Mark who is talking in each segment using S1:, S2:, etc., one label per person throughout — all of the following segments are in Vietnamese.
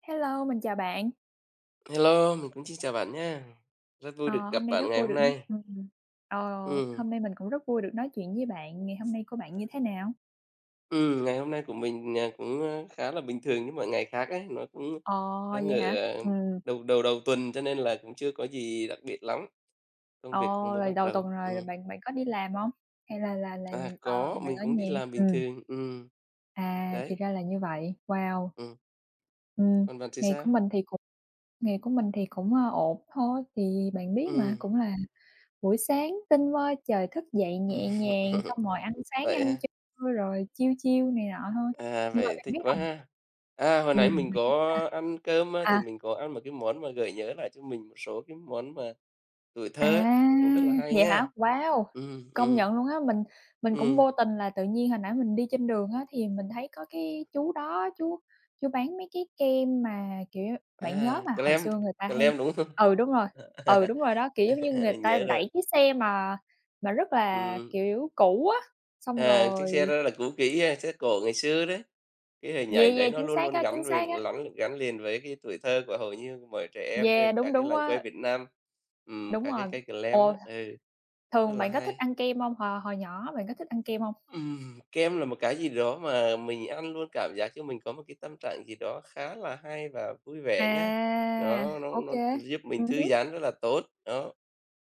S1: Hello, mình chào bạn.
S2: Hello, mình cũng xin chào bạn nhá. Rất vui được
S1: Ờ,
S2: gặp
S1: hôm nay
S2: bạn
S1: rất
S2: ngày
S1: vui
S2: hôm
S1: được nói,
S2: nay.
S1: ờ,
S2: Ừm,
S1: hôm nay mình cũng rất vui được nói chuyện với bạn. Ngày hôm nay của bạn như thế nào?
S2: ngày hôm nay của mình, cũng, khá là bình thường như mọi ngày khác ấy, nó cũng
S1: Ờ,
S2: đang
S1: vậy hả?
S2: ở, đầu đầu đầu tuần cho nên là cũng chưa có gì đặc biệt lắm, công
S1: Ờ,
S2: việc cũng mới
S1: rồi
S2: bắt
S1: đầu
S2: đầu.
S1: tuần rồi, rồi bạn bạn có đi làm hông? Hay là
S2: À, có,
S1: bạn
S2: mình
S1: ở
S2: cũng đi
S1: nhà?
S2: làm bình thường,
S1: À, thì
S2: đấy,
S1: ra là như vậy. Wow!
S2: ừm,
S1: Ừm,
S2: còn bạn thì
S1: ngày
S2: sao?
S1: của mình thì cũng Ngày của mình thì cũng, ổn thôi, thì bạn biết mà,
S2: Ừm,
S1: cũng là buổi sáng tinh mơ trời thức dậy
S2: ừm,
S1: nhẹ nhàng, xong rồi ăn sáng,
S2: vậy
S1: ăn
S2: hả?
S1: trưa rồi chill chill này nọ thôi.
S2: À,
S1: Nhưng mà
S2: vậy
S1: bạn
S2: thích
S1: biết
S2: quá
S1: hông?
S2: ha. À, hồi nãy mình
S1: Bạn biết à?
S2: có ăn cơm á, thì
S1: À,
S2: mình có ăn một cái món mà gợi nhớ lại cho mình một số cái món mà tuổi thơ
S1: à,
S2: thì cũng rất là hay
S1: vậy hả?
S2: nha.
S1: Wow!
S2: Ừm,
S1: Công
S2: ừm,
S1: nhận luôn á, mình cũng
S2: ừm.
S1: vô tình là tự nhiên hồi nãy mình đi trên đường á, thì mình thấy có cái chú đó, chú bán mấy cái kem mà, kiểu, bạn nhớ
S2: À,
S1: mà hồi
S2: Clam,
S1: xưa người ta hay,
S2: Clam, đúng không?
S1: ừ, đúng rồi, ừ, đúng rồi đó, kiểu, giống như người
S2: Mình
S1: ta
S2: nhớ rồi.
S1: đẩy cái xe mà rất là,
S2: Ừm,
S1: kiểu, cũ á, xong
S2: à, chiếc xe
S1: rồi,
S2: đó là cũ kỹ ha, xe cổ ngày xưa đấy. Cái hình
S1: yeah,
S2: ảnh
S1: yeah,
S2: đấy nó luôn luôn
S1: chính
S2: gắn
S1: xác
S2: liền
S1: á,
S2: lắn gắn liền với cái tuổi thơ của hầu như mọi trẻ em
S1: yeah,
S2: trên cả
S1: đúng,
S2: cái
S1: đúng
S2: làng quê
S1: á,
S2: Việt Nam.
S1: đúng
S2: Các cái
S1: rồi.
S2: cây Clam
S1: Ồ,
S2: á, ừ, rất
S1: thường
S2: là
S1: bạn có thích
S2: hay.
S1: ăn kem hông? Hồi hồi nhỏ bạn có thích ăn kem hông?
S2: Kem là một cái gì đó mà mình ăn luôn cảm giác cho mình có một cái tâm trạng gì đó khá là hay và vui vẻ nhá.
S1: À,
S2: Nó nó
S1: ô
S2: nó
S1: kê.
S2: giúp mình thư
S1: Hứm.
S2: giãn rất là tốt, đó.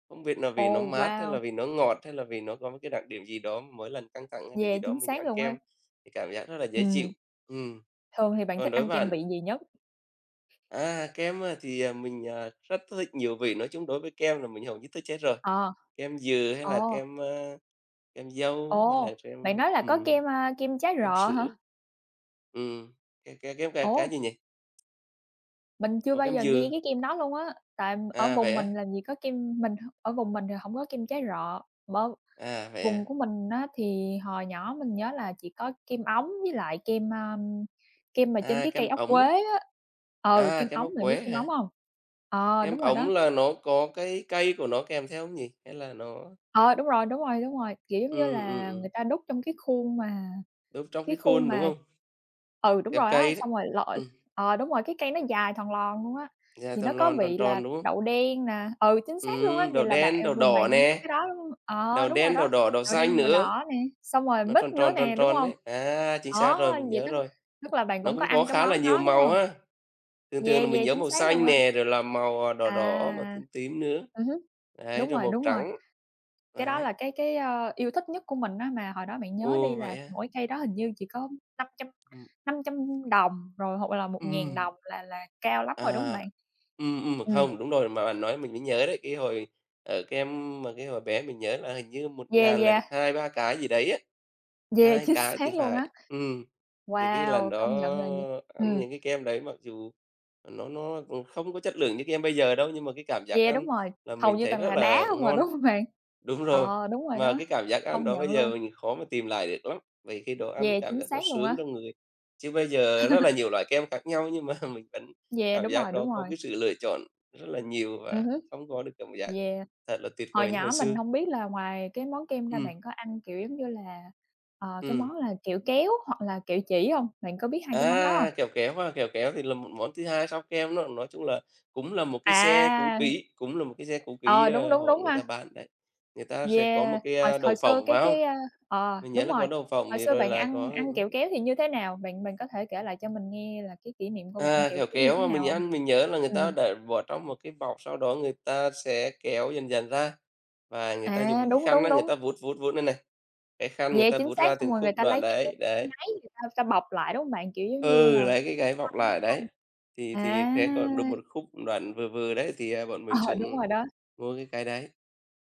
S2: Không biết là vì nó
S1: Ồ,
S2: mát hay là
S1: wow!
S2: vì nó ngọt hay là vì nó có một cái đặc điểm gì đó, mỗi lần căng thẳng hay là
S1: Yeah,
S2: gì đó
S1: chính
S2: mình
S1: xác
S2: ăn
S1: luôn á.
S2: kem thì cảm giác rất là dễ chịu.
S1: Ừm,
S2: Ừm,
S1: thường thì bạn thích
S2: còn đối
S1: ăn
S2: với
S1: kem
S2: bạn,
S1: vị gì nhất?
S2: kem, thì, mình, rất thích nhiều vị, nói chung đối với kem là mình hầu như thích hết rồi,
S1: Ờ.
S2: kem dừa hay là
S1: Ồ,
S2: kem dâu hay
S1: ồ,
S2: là kem
S1: bạn nói là có kem, kem trái
S2: kem
S1: rọ hả?
S2: sữa. Ừm, cái
S1: Ồ,
S2: gì nhỉ?
S1: mình chưa
S2: Còn
S1: bao
S2: cám
S1: giờ nghe
S2: dừa,
S1: cái kem đó luôn á, tại ở
S2: à,
S1: vùng
S2: vậy á?
S1: mình làm gì có kem, mình ở vùng mình thì hổng có kem trái rọ, bơ.
S2: À, vậy
S1: Vùng
S2: à?
S1: của mình á thì hồi nhỏ mình nhớ là chỉ có kem ống với lại kem, kem mà trên
S2: À,
S1: cái cây
S2: cam
S1: ốc
S2: ổng
S1: quế
S2: á,
S1: á. Ừ,
S2: à,
S1: kem
S2: cam
S1: ống,
S2: ốc
S1: bạn
S2: quế
S1: biết kem
S2: hả?
S1: ống hông? Ờ,
S2: Cam
S1: đúng rồi
S2: ổng
S1: đó.
S2: là nó có cái cây của nó kèm theo hông nhỉ? Hay là nó
S1: Ờ, đúng rồi, đúng rồi, đúng rồi, kiểu, giống như
S2: ừm, ừm,
S1: là người
S2: ừm,
S1: ta đút trong cái khuôn mà.
S2: núp trong
S1: Cái
S2: cái
S1: khu
S2: khuôn, đúng
S1: mà,
S2: không?
S1: ừ, đúng
S2: Kẹp
S1: rồi á,
S2: cây đấy.
S1: xong rồi lội,
S2: Ừm,
S1: ờ, đúng rồi, cái cây nó dài thòn lòn luôn á,
S2: da
S1: thì nó
S2: tròn
S1: có
S2: lon tròn
S1: vị
S2: tròn,
S1: là
S2: đúng không?
S1: đậu đen nè, ừ, chính xác luôn á, vậy
S2: Đậu
S1: là bạn,
S2: đen,
S1: ờ,
S2: đầu
S1: vùng
S2: đỏ
S1: bạn cũng có cái
S2: nè,
S1: đó, đúng hông? Ờ,
S2: đầu
S1: đúng rồi
S2: đen, đầu
S1: đó,
S2: đỏ, đầu
S1: đậu
S2: xanh
S1: đen, đậu
S2: nữa,
S1: đỏ nè, xong rồi
S2: nó
S1: mít
S2: tròn
S1: nữa
S2: tròn, tròn
S1: nè, đúng
S2: tròn
S1: hông?
S2: đấy. À, chính xác
S1: Đó,
S2: rồi, mình
S1: vậy
S2: nhớ
S1: tức
S2: rồi.
S1: tức là bạn
S2: Nó
S1: cũng có
S2: cũng có
S1: ăn cái
S2: khá là
S1: món
S2: nhiều
S1: đó, đúng
S2: màu
S1: hông?
S2: ha. Thường
S1: Yeah,
S2: thường là mình
S1: yeah,
S2: nhớ
S1: chính
S2: màu
S1: xác luôn
S2: xanh
S1: á.
S2: nè, rồi là màu, đỏ đỏ, màu
S1: À.
S2: tím tím nữa,
S1: Hứm,
S2: đấy,
S1: đúng
S2: rồi
S1: rồi,
S2: màu
S1: đúng rồi.
S2: trắng.
S1: Cái đó
S2: Đấy.
S1: là yêu thích nhất của mình á, mà hồi đó bạn nhớ đi
S2: Ồ, vậy
S1: là
S2: á?
S1: mỗi cây đó hình như chỉ có năm
S2: Ừm,
S1: năm trăm đồng rồi hoặc là một ngàn
S2: ừm,
S1: đồng là cao lắm rồi, đúng hông
S2: à,
S1: bạn? Ừm,
S2: không, đúng rồi, mà bạn nói mình mới nhớ đấy, cái hồi ở cái em mà cái hồi bé mình nhớ là hình như một
S1: yeah,
S2: ngàn là được
S1: yeah,
S2: 2 3 cái gì đấy á,
S1: yeah,
S2: 2
S1: chính
S2: cái thì
S1: xác luôn á.
S2: phải. Thì cái lần
S1: Wow,
S2: đó
S1: công nhận là v,
S2: ăn
S1: ừm,
S2: những cái kem đấy mặc dù không có chất lượng như kem bây giờ đâu, nhưng mà cái cảm giác
S1: yeah, đúng
S2: ăn
S1: rồi,
S2: là
S1: hầu
S2: mình
S1: như
S2: thấy
S1: toàn
S2: rất
S1: là đá
S2: là
S1: không à,
S2: ngon.
S1: đúng hông bạn?
S2: Đúng rồi,
S1: Ờ, đúng rồi
S2: mà
S1: đó,
S2: cái cảm giác ăn
S1: công
S2: đó
S1: nhận
S2: bây
S1: luôn,
S2: giờ mình khó mà tìm lại được lắm, vì khi đó ăn
S1: yeah,
S2: cảm
S1: chính
S2: giác nó
S1: xác luôn
S2: sướng
S1: á,
S2: trong người. Chứ bây giờ rất là nhiều loại kem khác nhau nhưng mà mình vẫn
S1: yeah,
S2: cảm giác đó
S1: đúng
S2: có
S1: rồi,
S2: cái sự lựa chọn rất là nhiều và
S1: hứm.
S2: không có được cảm giác
S1: Yeah.
S2: thật là tuyệt
S1: Hồi
S2: vời như hồi
S1: nhỏ mình
S2: xưa.
S1: hông biết là ngoài cái món kem ra
S2: Ừ,
S1: bạn có ăn, kiểu, giống như là, ờ, cái
S2: ừm.
S1: món là kiểu kéo hoặc là kiểu chỉ hông? Bạn có biết 2 cái món đó
S2: À,
S1: hông?
S2: kẹo kéo ha, kẹo kéo thì là một món thứ hai sau kem đó, nói chung là
S1: À,
S2: cũng là một cái xe cũ kỹ,
S1: ờ, đúng,
S2: ờ,
S1: đúng,
S2: họ
S1: đúng
S2: người
S1: ha.
S2: ta bán đấy. Người ta sẽ có một
S1: Yeah,
S2: cái,
S1: hồi hồi
S2: đậu
S1: xưa
S2: phộng, phải hông?
S1: ờ,
S2: Mình nhớ
S1: đúng
S2: là có
S1: rồi,
S2: đậu phộng
S1: hồi
S2: thì
S1: xưa
S2: rồi
S1: bạn
S2: là
S1: ăn
S2: có.
S1: ăn kẹo kéo thì như thế nào? Bạn bạn có thể kể lại cho mình nghe là cái kỷ niệm của bạn ăn
S2: À,
S1: kẹo
S2: kẹo
S1: kéo như
S2: kéo
S1: thế
S2: mà
S1: nào
S2: mình
S1: hông?
S2: ăn mình nhớ là người ta
S1: Ừm,
S2: để bỏ trong một cái bọc, sau đó người ta sẽ kéo dần dần ra, và người ta
S1: à,
S2: dùng cái
S1: đúng,
S2: khăn
S1: đúng,
S2: á, người
S1: đúng.
S2: ta vuốt, vuốt, vuốt lên này, cái khăn người
S1: Yeah,
S2: ta
S1: chính
S2: vuốt
S1: xác,
S2: ra
S1: xong
S2: từng
S1: rồi người
S2: khúc
S1: ta lấy
S2: đoạn
S1: cái
S2: đấy, đấy.
S1: giấy người ta ta bọc lại, đúng hông bạn? Kiểu, giống như
S2: Ừ,
S1: là,
S2: lấy cái gáy bọc
S1: đúng
S2: lại đấy,
S1: hông?
S2: thì
S1: À,
S2: khẽ còn được một khúc đoạn vừa vừa đấy thì, bọn
S1: ờ,
S2: mình
S1: đúng
S2: thường
S1: rồi đó.
S2: mua cái đấy.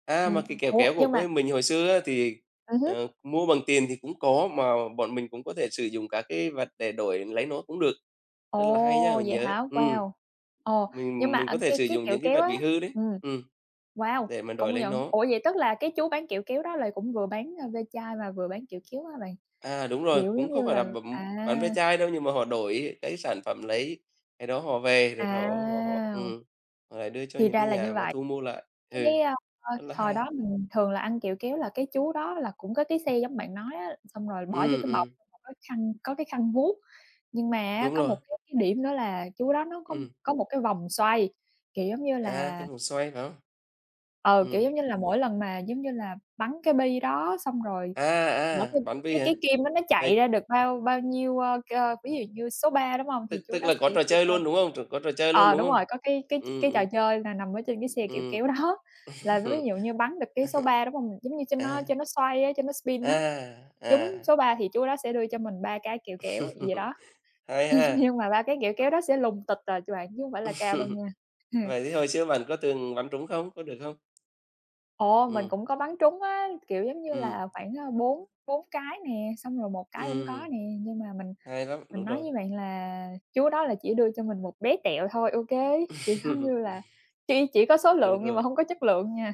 S2: À, mà
S1: Ừm,
S2: cái kéo
S1: ủa,
S2: kéo của
S1: nhưng mà,
S2: quê mình hồi xưa á thì,
S1: hứm,
S2: ờ, mua bằng tiền thì cũng có, mà bọn mình cũng có thể sử dụng cả cái vật để đổi lấy nó cũng được, rất là hay nhá,
S1: ồ,
S2: mình
S1: vậy
S2: nhớ.
S1: hả?
S2: Ừm.
S1: Wow! Ồ, nhưng
S2: Mình
S1: mà
S2: mình
S1: ở
S2: có thể sử
S1: cái
S2: dụng
S1: kẹo
S2: những cái
S1: kéo
S2: vật
S1: á,
S2: bị hư đấy,
S1: ừm,
S2: ừm,
S1: wow,
S2: để mà đổi
S1: công
S2: lấy
S1: nhận.
S2: nó.
S1: Ủa, vậy tức là cái chú bán kẹo kéo đó là cũng vừa bán, ve chai mà vừa bán kẹo kéo hả bạn?
S2: À, đúng rồi,
S1: Kiểu,
S2: cũng
S1: giống
S2: không
S1: như
S2: phải là
S1: là,
S2: bấm
S1: à,
S2: bán ve chai đâu, nhưng mà họ đổi cái sản phẩm lấy cái đó họ về rồi họ họ họ
S1: à,
S2: họ lại đưa cho
S1: thì
S2: những
S1: ra
S2: cái
S1: là như
S2: nhà mà
S1: vậy.
S2: thu mua lại. Ừ,
S1: Cái,
S2: rất là
S1: thời
S2: hay.
S1: đó mình thường là ăn, kiểu, kéo là, cái chú đó là cũng có cái xe giống bạn nói á, xong rồi bỏ vô
S2: Ừm,
S1: cái bọc,
S2: ừm,
S1: xong rồi có khăn, có cái khăn vuốt. Nhưng mà á,
S2: đúng
S1: có
S2: rồi,
S1: một cái điểm nữa là chú đó nó
S2: ừm.
S1: có một cái vòng xoay, kiểu, giống như
S2: À,
S1: là,
S2: cái vòng xoay phải không?
S1: ờ, kiểu,
S2: Ừm.
S1: giống như là, mỗi lần mà, giống như là, bắn cái bi đó xong rồi
S2: À,
S1: nữa
S2: à,
S1: cái
S2: bán bi hả?
S1: kim đó nó
S2: Hình
S1: chạy ra được bao bao nhiêu, ơ, cơ ví dụ như số ba, đúng hông? Thì
S2: tức
S1: chú
S2: tức
S1: đó
S2: là có
S1: sẽ
S2: trò
S1: sẽ
S2: chơi
S1: cho,
S2: luôn, đúng không? Có trò chơi luôn,
S1: ờ,
S2: đúng
S1: đúng
S2: không?
S1: rồi, có cái
S2: Ừm,
S1: trò
S2: ừm,
S1: chơi là nằm ở trên cái xe, kiểu,
S2: ừm.
S1: kéo đó, là ví dụ như bắn được cái số ba, đúng hông? Giống như
S2: À,
S1: cho nó xoay á, cho nó spin á,
S2: à,
S1: trúng
S2: à.
S1: số 3 thì chú đó sẽ đưa cho mình 3 cái kẹo kéo vậy đó,
S2: Hay ha.
S1: nhưng mà 3 cái kẹo kéo đó sẽ lùng tịch à ch bạn, chứ hông phải là cao đâu nha.
S2: Vậy thì hồi xưa bạn có từng bắn trúng không? Có được không?
S1: Ồ, mình
S2: Ừm,
S1: cũng có bắn trúng á, kiểu, giống như
S2: ừm.
S1: là, khoảng, 4 4 cái nè, xong rồi một cái cũng có
S2: ừ
S1: nè, nhưng mà mình
S2: Hay lắm,
S1: mình
S2: đúng
S1: nói
S2: rồi.
S1: với bạn là chú đó là chỉ đưa cho mình một bé tẹo thôi, ô kê, kiểu, giống như là, chỉ có số lượng
S2: Đúng
S1: nhưng mà
S2: rồi.
S1: hông có chất lượng nha.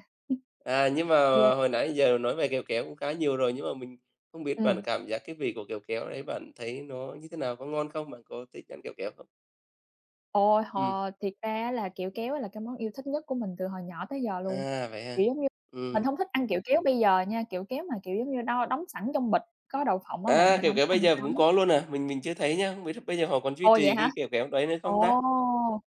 S2: À, nhưng mà hồi nãy giờ nói về kẹo kéo cũng khá nhiều rồi, nhưng mà mình không biết bạn
S1: Ừm,
S2: cảm giác cái vị của kẹo kéo đấy bạn thấy nó như thế nào? Có ngon không? Bạn có thích ăn kẹo kéo không?
S1: ôi,
S2: Ừ,
S1: hồi thiệt ra á là kẹo kéo á là cái món yêu thích nhất của mình từ hồi nhỏ tới giờ luôn,
S2: à, vậy ha?
S1: kiểu, giống như, mình
S2: Ừ,
S1: hông thích ăn kẹo kéo bây giờ nha, kẹo kéo mà, kiểu, giống như, đo đóng sẵn trong bịch có đậu phộng á bạn,
S2: à,
S1: mình
S2: kẹo
S1: hổng
S2: kéo
S1: thích ăn
S2: bây
S1: cái
S2: giờ cũng
S1: đó.
S2: có luôn à? Mình chưa thấy nhá, không biết bây giờ họ còn duy
S1: Ồ, vậy
S2: trì
S1: hả?
S2: cái kẹo kéo đấy nữa
S1: Ồ,
S2: không ta?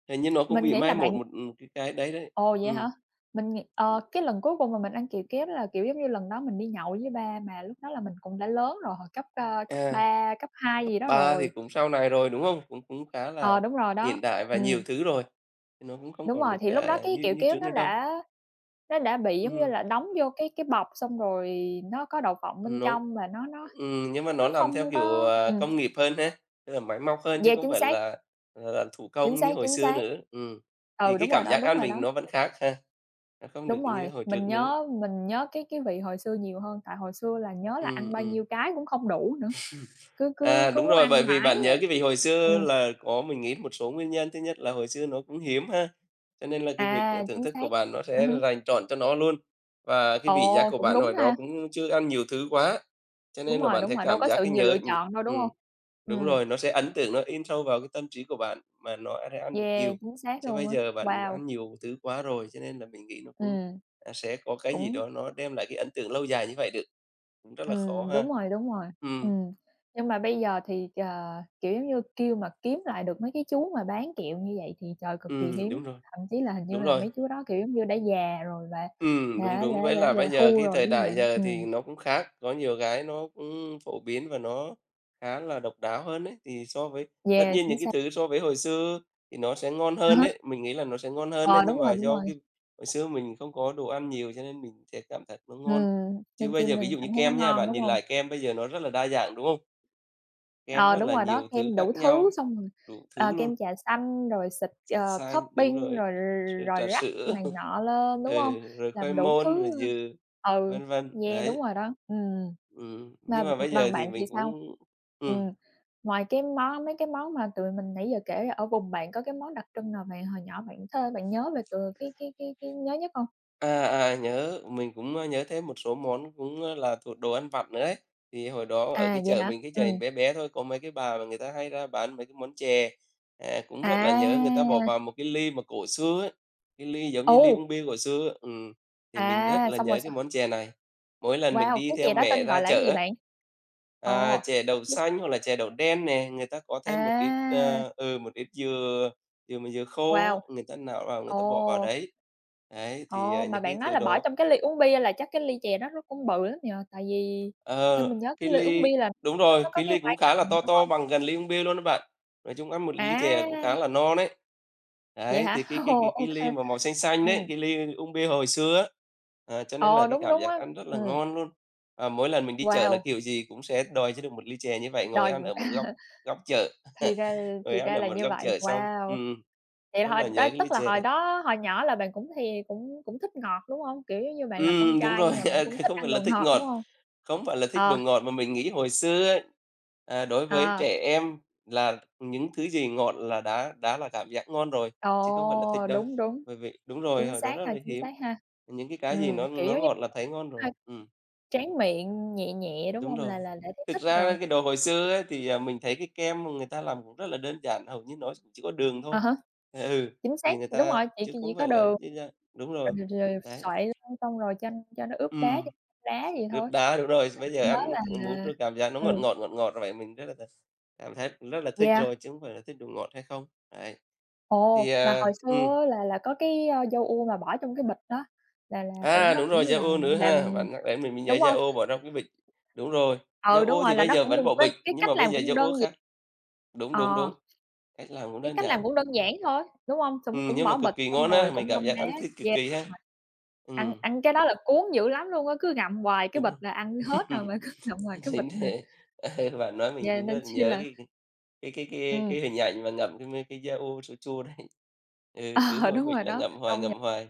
S2: Hình như nó cũng
S1: mình
S2: bị
S1: nghĩ
S2: mai
S1: là bạn.
S2: một một, cái đấy đấy.
S1: Ồ, vậy
S2: Ừ,
S1: hả? Mình nghĩ, ờ, cái lần cuối cùng mà mình ăn kẹo kéo đó là, kiểu, giống như, lần đó mình đi nhậu với ba mà lúc đó là mình cũng đã lớn rồi, hồi cấp, cấp
S2: à.
S1: 3 cấp 2
S2: Cấp
S1: gì đó
S2: 3 thì
S1: rồi.
S2: cũng sau này rồi, đúng không? Cũng cũng khá
S1: Ờ,
S2: là
S1: đúng rồi đó,
S2: hiện đại và nhiều
S1: ừm,
S2: thứ rồi, thì nó cũng không
S1: đúng
S2: còn
S1: rồi,
S2: được,
S1: thì lúc đó cái
S2: như
S1: kẹo
S2: như
S1: kéo
S2: trước
S1: nó
S2: nữa đâu.
S1: đã, nó đã bị, giống như
S2: Ừm,
S1: là, đóng vô cái bọc xong rồi nó có đậu phộng bên
S2: nó
S1: trong mà nó nó
S2: nhưng mà nó
S1: nó
S2: làm theo
S1: không
S2: kiểu,
S1: có,
S2: công nghiệp hơn ha, tức là máy móc hơn chứ
S1: yeah,
S2: không
S1: chính
S2: phải
S1: xác,
S2: là thủ
S1: chính
S2: công
S1: xác,
S2: như hồi
S1: chính
S2: xưa
S1: xác.
S2: nữa. Thì
S1: Ừ,
S2: cái
S1: đúng rồi
S2: cảm
S1: đó,
S2: giác
S1: đúng
S2: ăn
S1: rồi đó,
S2: mình nó vẫn khác ha, nó không được
S1: đúng
S2: như
S1: rồi,
S2: hồi
S1: mình
S2: trước nữa.
S1: nhớ mình nhớ cái vị hồi xưa nhiều hơn, tại hồi xưa là nhớ là ăn
S2: Ừm,
S1: bao
S2: ừm.
S1: nhiêu cái cũng không đủ nữa. Cứ cứ
S2: À,
S1: cứ
S2: đúng
S1: muốn
S2: rồi,
S1: ăn
S2: bởi vì
S1: mãi
S2: bạn nhớ
S1: á.
S2: cái vì hồi xưa
S1: Ừm,
S2: là có mình nghĩ một số nguyên nhân, thứ nhất là hồi xưa nó cũng hiếm ha, cho nên là cái việc,
S1: à,
S2: ờ, thưởng
S1: chính
S2: thức
S1: xác.
S2: của bạn nó sẽ
S1: Hứm.
S2: dành trọn cho nó luôn. Và cái vị giác
S1: Ồ,
S2: của
S1: cũng
S2: bạn
S1: đúng
S2: hồi đó
S1: ha.
S2: cũng chưa ăn nhiều thứ quá, cho nên là bạn
S1: Đúng
S2: sẽ
S1: rồi, đâu
S2: cảm
S1: có
S2: giác
S1: sự
S2: cái
S1: nhiều lựa
S2: nhớ nh
S1: chọn đâu, đúng hông?
S2: ừm, đúng
S1: Ừm,
S2: rồi, nó sẽ ấn tượng, nó in sâu vào cái tâm trí của bạn mà nó sẽ ăn được
S1: yeah,
S2: nhiều.
S1: chính xác
S2: Chứ bây
S1: luôn á.
S2: giờ bạn
S1: Wow!
S2: ăn nhiều thứ quá rồi, cho nên là mình nghĩ nó cũng,
S1: Ừm,
S2: sẽ có cái gì
S1: cũng
S2: đó nó đem lại cái ấn tượng lâu dài như vậy được, cũng rất là khó ha.
S1: đúng rồi, đúng rồi.
S2: Ừm,
S1: Ừm, nhưng mà bây giờ thì, ờ, kiểu, giống như, kêu mà kiếm lại được mấy cái chú mà bán kẹo như vậy thì trời, cực kỳ
S2: đúng
S1: hiếm,
S2: rồi,
S1: thậm chí là hình như
S2: đúng
S1: là
S2: rồi.
S1: mấy chú đó, kiểu, giống như, đã già rồi và
S2: Ừ, đúng,
S1: đã đã
S2: đúng. Với
S1: đã
S2: là bây
S1: về
S2: giờ
S1: hưu
S2: cái
S1: rồi,
S2: thời
S1: đúng hông
S2: đại
S1: bạn?
S2: giờ thì nó cũng khác, có nhiều cái nó cũng phổ biến và nó khá là độc đáo hơn đấy. Thì so với tất
S1: Yeah,
S2: nhiên
S1: chính
S2: những cái
S1: xác.
S2: thứ so với hồi xưa thì nó sẽ ngon
S1: À
S2: hơn
S1: há,
S2: đấy, mình nghĩ là nó sẽ ngon hơn đấy,
S1: ờ,
S2: nhưng
S1: đúng rồi,
S2: mà
S1: đúng
S2: do
S1: rồi.
S2: cái hồi xưa mình không có đồ ăn nhiều cho nên mình sẽ cảm thấy nó ngon. Chứ
S1: Nên
S2: bây
S1: chi
S2: giờ ví
S1: mình
S2: dụ
S1: cảm
S2: như
S1: thấy nó
S2: kem nha,
S1: ngon,
S2: bạn
S1: đúng
S2: nhìn
S1: hông?
S2: lại kem bây giờ nó rất là đa dạng, đúng không? Kem
S1: Ờ,
S2: rất
S1: đúng
S2: là
S1: rồi đó,
S2: nhiều thứ
S1: kem đủ
S2: khác
S1: thứ
S2: nhau,
S1: xong rồi,
S2: đủ
S1: ờ,
S2: thứ luôn,
S1: kem trà xanh rồi xịt,
S2: trà
S1: ờ,
S2: xanh, đúng
S1: topping
S2: rồi,
S1: rồi
S2: rồi
S1: rồi
S2: trà
S1: rắc
S2: sữa,
S1: này nọ lên, đúng
S2: ừ,
S1: hông?
S2: rồi
S1: Làm
S2: khoai
S1: đủ
S2: môn,
S1: thứ,
S2: rồi dừa,
S1: ơ ừ,
S2: vân vân,
S1: yeah, đúng
S2: đấy.
S1: rồi đó. Mà
S2: Nhưng mà bây giờ
S1: bằng
S2: thì
S1: bạn thì
S2: mình
S1: sao?
S2: cũng ừm,
S1: Ừm, ngoài cái món mấy cái món mà tụi mình nãy giờ kể ra, ở vùng bạn có cái món đặc trưng nào bạn hồi nhỏ bạn thơ bạn nhớ về tụi cái nhớ nhất hông?
S2: à, nhớ, mình cũng, ơ, nhớ thêm một số món cũng, ơ, là thuộc đồ ăn vặt nữa ấy. Thì hồi đó ở
S1: À,
S2: cái
S1: vậy
S2: chợ
S1: hả?
S2: mình, cái chợ
S1: Ừm.
S2: bé bé thôi, có mấy cái bà mà người ta hay ra bán mấy cái món chè, cũng rất là nhớ, người ta bỏ
S1: À,
S2: vào một cái ly mà cổ xưa ấy, cái ly giống
S1: ồ,
S2: như ly uống bia cổ xưa á, thì mình rất
S1: à,
S2: là
S1: xong rồi
S2: nhớ cái món chè này. Mỗi lần mình
S1: wow,
S2: đi
S1: cái
S2: theo
S1: chè đó
S2: mẹ
S1: tên gọi
S2: ra
S1: là cái gì
S2: chợ á,
S1: bạn?
S2: à,
S1: Ồ,
S2: chè đậu
S1: biết
S2: xanh hoặc là chè đậu đen nè, người ta có thêm một ít,
S1: à,
S2: một ít dừa. Dù mà dừa khô á,
S1: wow.
S2: người ta nạo vào người ta bỏ vào
S1: Ồ,
S2: đấy. Đấy, thì,
S1: ồ, mà
S2: những
S1: bạn
S2: cái
S1: nói
S2: thứ
S1: là bỏ
S2: đó
S1: trong cái ly uống bia là chắc cái ly chè đó nó cũng bự lắm nhờ. Tại vì theo
S2: ờ,
S1: mình nhớ
S2: cái
S1: cái ly uống
S2: ly
S1: bia là
S2: đúng
S1: nó
S2: rồi,
S1: nó có
S2: cái
S1: cái
S2: ly cũng
S1: quai
S2: khá là
S1: cầm,
S2: to,
S1: đúng
S2: to
S1: hông?
S2: bằng gần ly uống bia luôn đó bạn. Nói chung ăn một ly chè là cũng
S1: À,
S2: khá là no đấy.
S1: vậy
S2: Đấy,
S1: hả?
S2: thì cái cái
S1: Ồ,
S2: cái cái
S1: ô kê.
S2: ly mà màu xanh xanh đấy,
S1: Ừm,
S2: cái ly uống bia hồi xưa á, cho nên là
S1: ờ,
S2: cái
S1: đúng,
S2: cảm
S1: đúng
S2: giác
S1: á.
S2: ăn rất là
S1: Ừm,
S2: ngon luôn. À, mỗi lần mình đi chợ là
S1: wow,
S2: kiểu gì cũng sẽ đòi cho được một ly chè như vậy, ngồi
S1: đòi
S2: ăn ở một góc góc chợ,
S1: thì ra,
S2: ngồi
S1: thì
S2: ăn
S1: ra
S2: ở
S1: là
S2: một
S1: như
S2: góc
S1: vậy,
S2: chợ xong
S1: wow. Thì
S2: rất
S1: hồi
S2: là
S1: đó
S2: nhớ cái ly
S1: tức là
S2: chè
S1: hồi
S2: đấy.
S1: đó hồi nhỏ là bạn cũng thì cũng cũng thích ngọt, đúng hông? Kiểu, giống như, bạn là con
S2: Đúng
S1: trai
S2: rồi,
S1: nhưng mà bạn cũng thích
S2: không phải
S1: ăn
S2: là
S1: đồ
S2: thích
S1: ngọt,
S2: ngọt,
S1: đúng hông?
S2: không phải là thích
S1: Ờ,
S2: đồ ngọt, mà mình nghĩ hồi xưa ấy, đối với
S1: ờ,
S2: trẻ em là những thứ gì ngọt là đã là cảm giác ngon rồi, chứ không phải là thích
S1: ồ,
S2: đâu.
S1: đúng, đúng,
S2: Bởi vì đúng rồi,
S1: chính
S2: hồi đó
S1: xác
S2: rất
S1: ha,
S2: là
S1: chính
S2: hiếm,
S1: xác ha.
S2: những cái gì nó
S1: Kiểu,
S2: nó
S1: giống như,
S2: ngọt là thấy ngon rồi.
S1: a, tráng miệng nhẹ nhẹ, đúng
S2: Đúng
S1: hông?
S2: rồi.
S1: Là đã thấy
S2: Thực
S1: thích
S2: ra
S1: rồi.
S2: cái đồ hồi xưa ấy thì, mình thấy cái kem mà người ta làm cũng rất là đơn giản, hầu như nó chỉ có đường
S1: À
S2: thôi.
S1: há,
S2: Ừ,
S1: chính xác,
S2: thì người
S1: đúng
S2: ta
S1: rồi, chỉ
S2: chứ
S1: chỉ
S2: không
S1: có
S2: phải là
S1: đường,
S2: đúng rồi,
S1: rồi rồi
S2: đấy,
S1: xoậy lên xong rồi cho nó ướp
S2: ừ.
S1: đá, cho nó đá vậy
S2: Đướp
S1: thôi.
S2: đá, đúng rồi. Bây giờ
S1: Nhớ
S2: ăn
S1: là
S2: bún rồi cảm giác nó
S1: ừm,
S2: ngọt ngọt, ngọt ngọt vậy mình rất là cảm thấy rất là thích
S1: yeah.
S2: rồi, chứ không phải là thích đồ ngọt hay không. Đấy, thì,
S1: Ồ, mà hồi xưa á là có cái, dâu u mà bỏ trong cái bịch đó, là cũng nó
S2: đúng
S1: cũng
S2: rồi, Yaourt nữa
S1: làm
S2: ha. Bạn nhắc đến mình mới nhớ
S1: đúng hông?
S2: Yaourt bỏ trong cái bịch. Đúng rồi,
S1: Ừ, đúng
S2: Yaourt
S1: rồi,
S2: thì
S1: là
S2: bây
S1: nó
S2: giờ
S1: cũng
S2: vẫn
S1: một
S2: bỏ
S1: cái
S2: bịch,
S1: cái
S2: nhưng
S1: cách
S2: mà bây
S1: làm
S2: giờ
S1: cũng đơn
S2: Yaourt
S1: gi
S2: khác. Đúng, đúng,
S1: ờ,
S2: đúng, cách làm cũng
S1: cái
S2: đơn
S1: cách làm
S2: giản.
S1: cũng đơn giản thôi, đúng hông? Xong cũng
S2: Nhưng mà
S1: bỏ
S2: cực
S1: bịch,
S2: kỳ
S1: xong
S2: ngon
S1: rồi
S2: á mình
S1: cũng
S2: cảm
S1: đông
S2: giác
S1: đá,
S2: ăn thích cực
S1: yeah,
S2: kỳ ha.
S1: đúng rồi. Ăn
S2: Ừm,
S1: ăn cái đó là cuốn dữ lắm luôn á, cứ ngậm hoài cái
S2: đúng
S1: bịch
S2: rồi.
S1: là ăn hết rồi mà cứ ngậm hoài cái bịch
S2: Chính
S1: nè,
S2: thế. Bạn nói mình
S1: yeah,
S2: cũng
S1: nên
S2: rất là
S1: chi
S2: nhớ
S1: là
S2: cái cái cái cái
S1: ừm,
S2: cái hình ảnh mà ngậm cái mấy cái da ô chua chua đấy. Ừ, cứ
S1: ờ,
S2: mỗi
S1: đúng
S2: bịch
S1: rồi
S2: là
S1: đó, công nhận,
S2: ngậm hoài,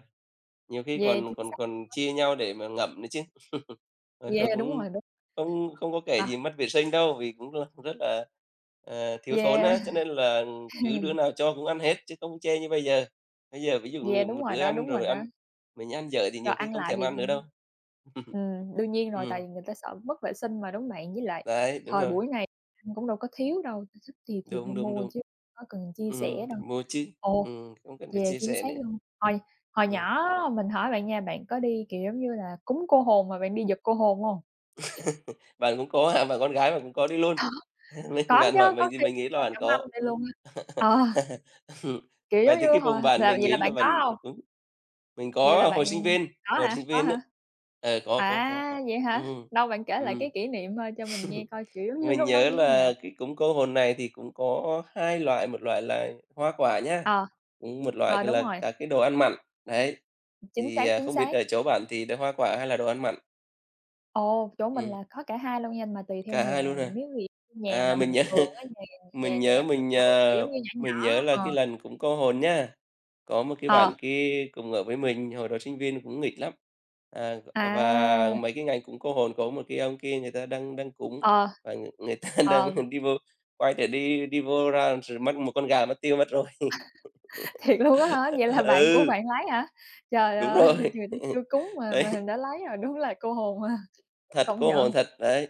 S2: nhiều khi
S1: yeah,
S2: còn
S1: chính
S2: còn
S1: xác,
S2: còn chia nhau để mà ngậm nữa chứ. Hồi
S1: yeah,
S2: đó
S1: đúng rồi,
S2: cũng
S1: đúng.
S2: không không có kể
S1: À,
S2: gì mất vệ sinh đâu, vì cũng là rất là, thiếu thốn
S1: yeah,
S2: á, cho nên là cứ đứa nào cho cũng ăn hết chứ không chê như bây giờ. Bây giờ ví dụ
S1: yeah,
S2: người
S1: đúng
S2: một
S1: rồi
S2: đứa
S1: đó,
S2: ăn
S1: đúng rồi
S2: rồi
S1: đó.
S2: ăn mình ăn dở thì
S1: Rồi
S2: nhiều khi
S1: ăn
S2: không
S1: lại
S2: thèm
S1: thì,
S2: ăn nữa đâu.
S1: đương nhiên rồi, tại
S2: Ừm,
S1: vì người ta sợ mất vệ sinh mà, đúng bạn? Với lại
S2: đấy, đúng
S1: thời
S2: rồi.
S1: buổi này ăn cũng đâu có thiếu đâu, thích gì thì
S2: Đúng,
S1: nên
S2: đúng,
S1: mua
S2: đúng.
S1: chứ có cần chia sẻ đâu.
S2: Mua chứ,
S1: Ồ,
S2: không cần phải
S1: yeah,
S2: chia
S1: chính
S2: sẻ
S1: xác
S2: nữa.
S1: luôn. Hồi hồi
S2: Ừm,
S1: nhỏ mình hỏi bạn nha, bạn có đi, kiểu, giống như là, cúng cô hồn mà bạn đi giật cô hồn hông?
S2: bạn cũng có hả? Bạn con gái bạn cũng có đi luôn. Mình
S1: Có
S2: bạn
S1: chứ,
S2: hỏi
S1: có
S2: mình thì
S1: khi
S2: mình nghĩ là
S1: ôm
S2: bạn
S1: cả mâm
S2: có.
S1: đi luôn á. Ờ,
S2: Ừm,
S1: kiểu,
S2: vậy
S1: giống như
S2: thì cái
S1: hồi
S2: vùng bạn
S1: là
S2: mình
S1: vậy là
S2: nghĩ là
S1: bạn có
S2: bạn
S1: hông?
S2: đúng, mình
S1: Vậy là
S2: có
S1: bạn có
S2: hồi
S1: hả?
S2: sinh
S1: Có
S2: viên
S1: hả?
S2: ấy. Ờ, có, có.
S1: À, vậy
S2: Ừ,
S1: hả? Đâu, bạn kể lại
S2: ừ.
S1: cái kỷ niệm, cho mình nghe coi, kiểu, giống như
S2: Mình
S1: lúc đó
S2: nhớ
S1: như thế nào?
S2: là cái cúng cô hồn này thì cũng có hai loại, một loại là hoa quả nhá,
S1: Ờ.
S2: cũng một loại
S1: Ờ, đúng
S2: là
S1: rồi,
S2: các cái đồ ăn mặn, đấy.
S1: chính
S2: Thì,
S1: xác, chính
S2: không biết
S1: xác.
S2: ở chỗ bạn thì là hoa quả hay là đồ ăn mặn?
S1: Ồ, chỗ mình
S2: Ừm,
S1: là có cả hai luôn nha, mà tùy theo
S2: cả hai
S1: nhà,
S2: luôn à?
S1: nếu vì nhà
S2: À,
S1: mà
S2: mình
S1: bình
S2: nhớ
S1: thường á, nhà nhà
S2: Mình nhớ
S1: nhà bình
S2: mình,
S1: thường, kiểu,
S2: ờ,
S1: giống như nhỏ
S2: mình nhớ
S1: nhỏ
S2: là cái
S1: ờ,
S2: lần cũng có hồn nha, có một cái
S1: ờ,
S2: bạn kia cùng ở với mình, hồi đó sinh viên cũng nghịch lắm, và
S1: à,
S2: mấy cái ngành cũng cô hồn, có một cái ông kia người ta đang đang cúng
S1: ờ.
S2: và người người ta
S1: Ờ,
S2: đang đi vô quay để đi đi vô ra rồi mất một con gà mất tiêu mất rồi.
S1: thiệt luôn á hả? Vậy là bạn của
S2: Ừ,
S1: bạn lấy hả? Trời
S2: đúng
S1: ơi,
S2: rồi.
S1: người ta chưa cúng mà
S2: Đấy,
S1: mà đã lấy rồi, đúng là cô hồn ha,
S2: thật,
S1: công
S2: cô hồn
S1: nhận,
S2: thật, đấy.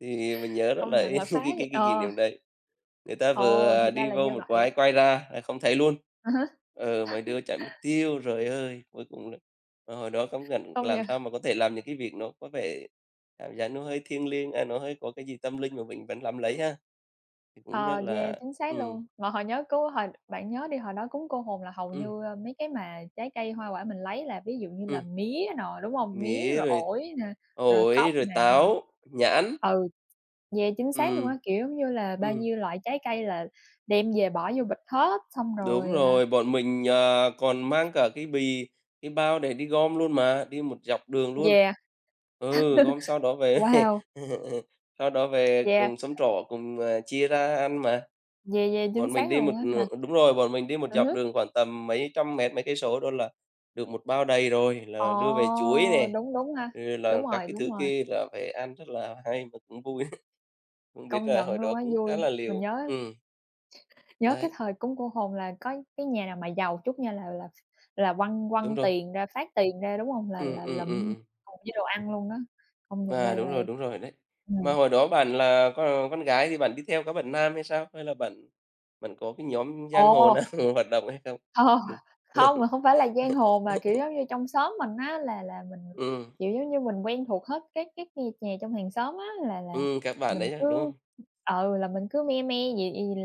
S2: Thì mình nhớ rất
S1: công
S2: là
S1: nhận là phá
S2: cái cái
S1: vậy
S2: cái kỷ
S1: ờ,
S2: niệm đấy. Người ta vừa
S1: ồ, thì ra
S2: đi
S1: là
S2: vô
S1: như
S2: một
S1: vậy,
S2: quái quay ra là không thấy luôn. Ừ, mấy đứa chạy mất tiêu, rồi ơi! Cuối cùng là mà hồi đó công nhận
S1: công
S2: làm
S1: nhận
S2: sao mà có thể làm những cái việc nó có vẻ cảm giác nó hơi thiêng liêng, nó hơi có cái gì tâm linh mà mình vẫn làm lấy
S1: Ừ.
S2: ha. Thì cũng rất
S1: Ờ, yeah,
S2: là
S1: chính xác
S2: ừm,
S1: luôn. Mà hồi nhớ cứ hồi bạn nhớ đi, hồi đó cúng cô hồn là hầu
S2: ừm,
S1: như, mấy cái mà trái cây hoa quả mình lấy là ví dụ như là
S2: ừm,
S1: mía nè, đúng hông? Mía
S2: mía
S1: rồi
S2: rồi
S1: ổi nè, rồi cóc
S2: ổi, rồi
S1: nè, rồi
S2: táo, nhãn.
S1: ừ, yeah, chính xác luôn á,
S2: Ừm,
S1: kiểu, giống như là bao
S2: ừm.
S1: nhiêu loại trái cây là đem về bỏ vô bịch hết, xong
S2: Đúng
S1: rồi, à
S2: rồi, bọn mình, còn mang cả cái bì, cái bao để đi gom luôn mà, đi một dọc đường luôn.
S1: yeah,
S2: Ừ, gom sau đó về
S1: wow,
S2: sau đó về
S1: yeah,
S2: cùng xóm trọ cùng, chia ra ăn mà.
S1: yeah, yeah, chính
S2: Bọn mình
S1: xác
S2: đi một
S1: luôn á, mà
S2: đúng rồi, bọn mình đi một
S1: ừ
S2: dọc
S1: hứ,
S2: đường khoảng tầm mấy trăm mét, mấy cây số đó là được một bao đầy rồi,
S1: ồ,
S2: là đưa về chuối nè,
S1: đúng, đúng ha,
S2: rồi là các cái
S1: đúng
S2: thứ
S1: rồi,
S2: kia là phải ăn rất là hay mà cũng vui. Cũng biết
S1: công
S2: là hồi
S1: nhận
S2: đó
S1: luôn á,
S2: cũng khá
S1: vui,
S2: là
S1: mình
S2: liều.
S1: nhớ Nhớ cái
S2: Đấy,
S1: thời cúng cô hồn là có cái nhà nào mà giàu chút nha là quăng
S2: đúng
S1: quăng
S2: rồi.
S1: tiền ra, phát tiền ra, đúng hông?
S2: Ừm,
S1: Là
S2: ừm, ừm,
S1: mua
S2: ừm.
S1: cùng với đồ ăn luôn đó, công nhận là
S2: À,
S1: là
S2: đúng rồi đấy. Mà
S1: ừm.
S2: hồi đó bạn là con gái thì bạn đi theo các bạn nam hay sao? Hay là bạn bạn có cái nhóm giang hồ
S1: Ồ!
S2: nào hoạt động hay không?
S1: Ờ,
S2: Ừm.
S1: không, mình không phải là giang hồ mà, kiểu, giống như, trong xóm mình á là mình,
S2: Ừm,
S1: kiểu, giống như, mình quen thuộc hết các nhà nhà trong hàng xóm á, là
S2: các bạn
S1: mình
S2: đấy á, đúng
S1: cứ
S2: không?
S1: ừ, là mình cứ me me vậy vậy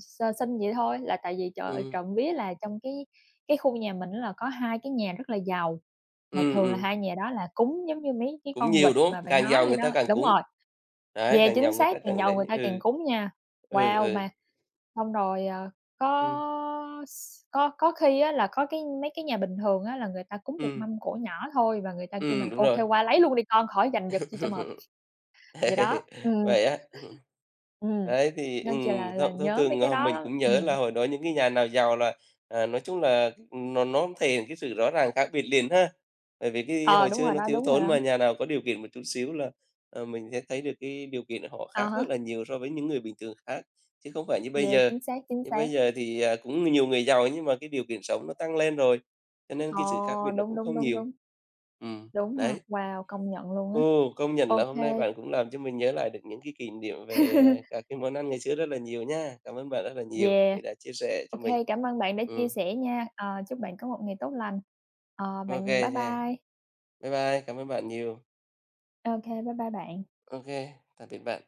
S1: x xin vậy thôi. Là tại vì trời
S2: Ừm,
S1: trộm vía là trong cái khu nhà mình á là có 2 cái nhà rất là giàu, mà
S2: ừm,
S1: thường là
S2: ừm,
S1: 2 nhà đó là cúng giống như mấy cái
S2: cũng
S1: con vịt
S2: nhiều, đúng
S1: mà
S2: không?
S1: bạn
S2: Càng
S1: nói
S2: giàu
S1: vậy
S2: người
S1: đó
S2: ta càng
S1: đúng
S2: cúng.
S1: rồi.
S2: Đấy,
S1: Yeah,
S2: càng
S1: chính
S2: giàu người
S1: xác,
S2: ta
S1: càng
S2: càng
S1: giàu
S2: lấy
S1: người ta càng
S2: ừ.
S1: cúng nha.
S2: Ừ,
S1: Wow,
S2: ừ,
S1: mà xong rồi, ờ
S2: ừm,
S1: có s có khi á là có cái mấy cái nhà bình thường á là người ta cúng một
S2: ừm,
S1: mâm cỗ nhỏ thôi và người ta kêu mình:
S2: đúng
S1: "Ô
S2: rồi.
S1: kê, qua lấy luôn đi con, khỏi giành giật chi cho mệt." Vậy đó. Ừm.
S2: Vậy á.
S1: Ừm,
S2: Đấy, thì,
S1: nên chỉ là
S2: theo theo
S1: nhớ mấy
S2: tường,
S1: cái đó
S2: mình
S1: lắm.
S2: cũng nhớ
S1: Ừm.
S2: là hồi đó những cái nhà nào giàu là, nói chung là nó thể hiện cái sự rõ ràng khác biệt liền ha. Bởi vì cái
S1: Ờ,
S2: hồi
S1: đúng
S2: xưa
S1: rồi
S2: nó
S1: đó,
S2: thiếu
S1: đúng rồi
S2: thốn
S1: đó.
S2: mà nhà nào có điều kiện một chút xíu là, mình sẽ thấy được cái điều kiện họ
S1: À
S2: khác rất
S1: há,
S2: là nhiều so với những người bình thường khác, chứ không phải như bây
S1: yeah,
S2: giờ.
S1: chính xác, chính
S2: Nhưng
S1: xác.
S2: bây giờ thì, cũng nhiều người giàu nhưng mà cái điều kiện sống nó tăng lên rồi, cho nên
S1: Ờ,
S2: cái sự khác biệt nó
S1: đúng,
S2: cũng
S1: đúng,
S2: không
S1: đúng,
S2: nhiều.
S1: đúng.
S2: Ừm,
S1: Đúng ha,
S2: đấy.
S1: wow, công nhận luôn á.
S2: Ồ, công nhận là
S1: Ô
S2: hôm nay
S1: kê.
S2: bạn cũng làm cho mình nhớ lại được những cái kỷ niệm về các cái món ăn ngày xưa rất là nhiều nha. Cảm ơn bạn rất là nhiều
S1: Yeah,
S2: vì đã chia sẻ
S1: ô
S2: cho
S1: kê,
S2: mình.
S1: cảm ơn bạn đã chia
S2: Ừ,
S1: sẻ nha. Ờ, chúc bạn có một ngày tốt lành. Ờ,
S2: OK,
S1: bạn bye
S2: yeah.
S1: bye.
S2: Bye bye, cảm ơn bạn nhiều.
S1: Ô kê, bye bye bạn.
S2: OK, tạm biệt bạn.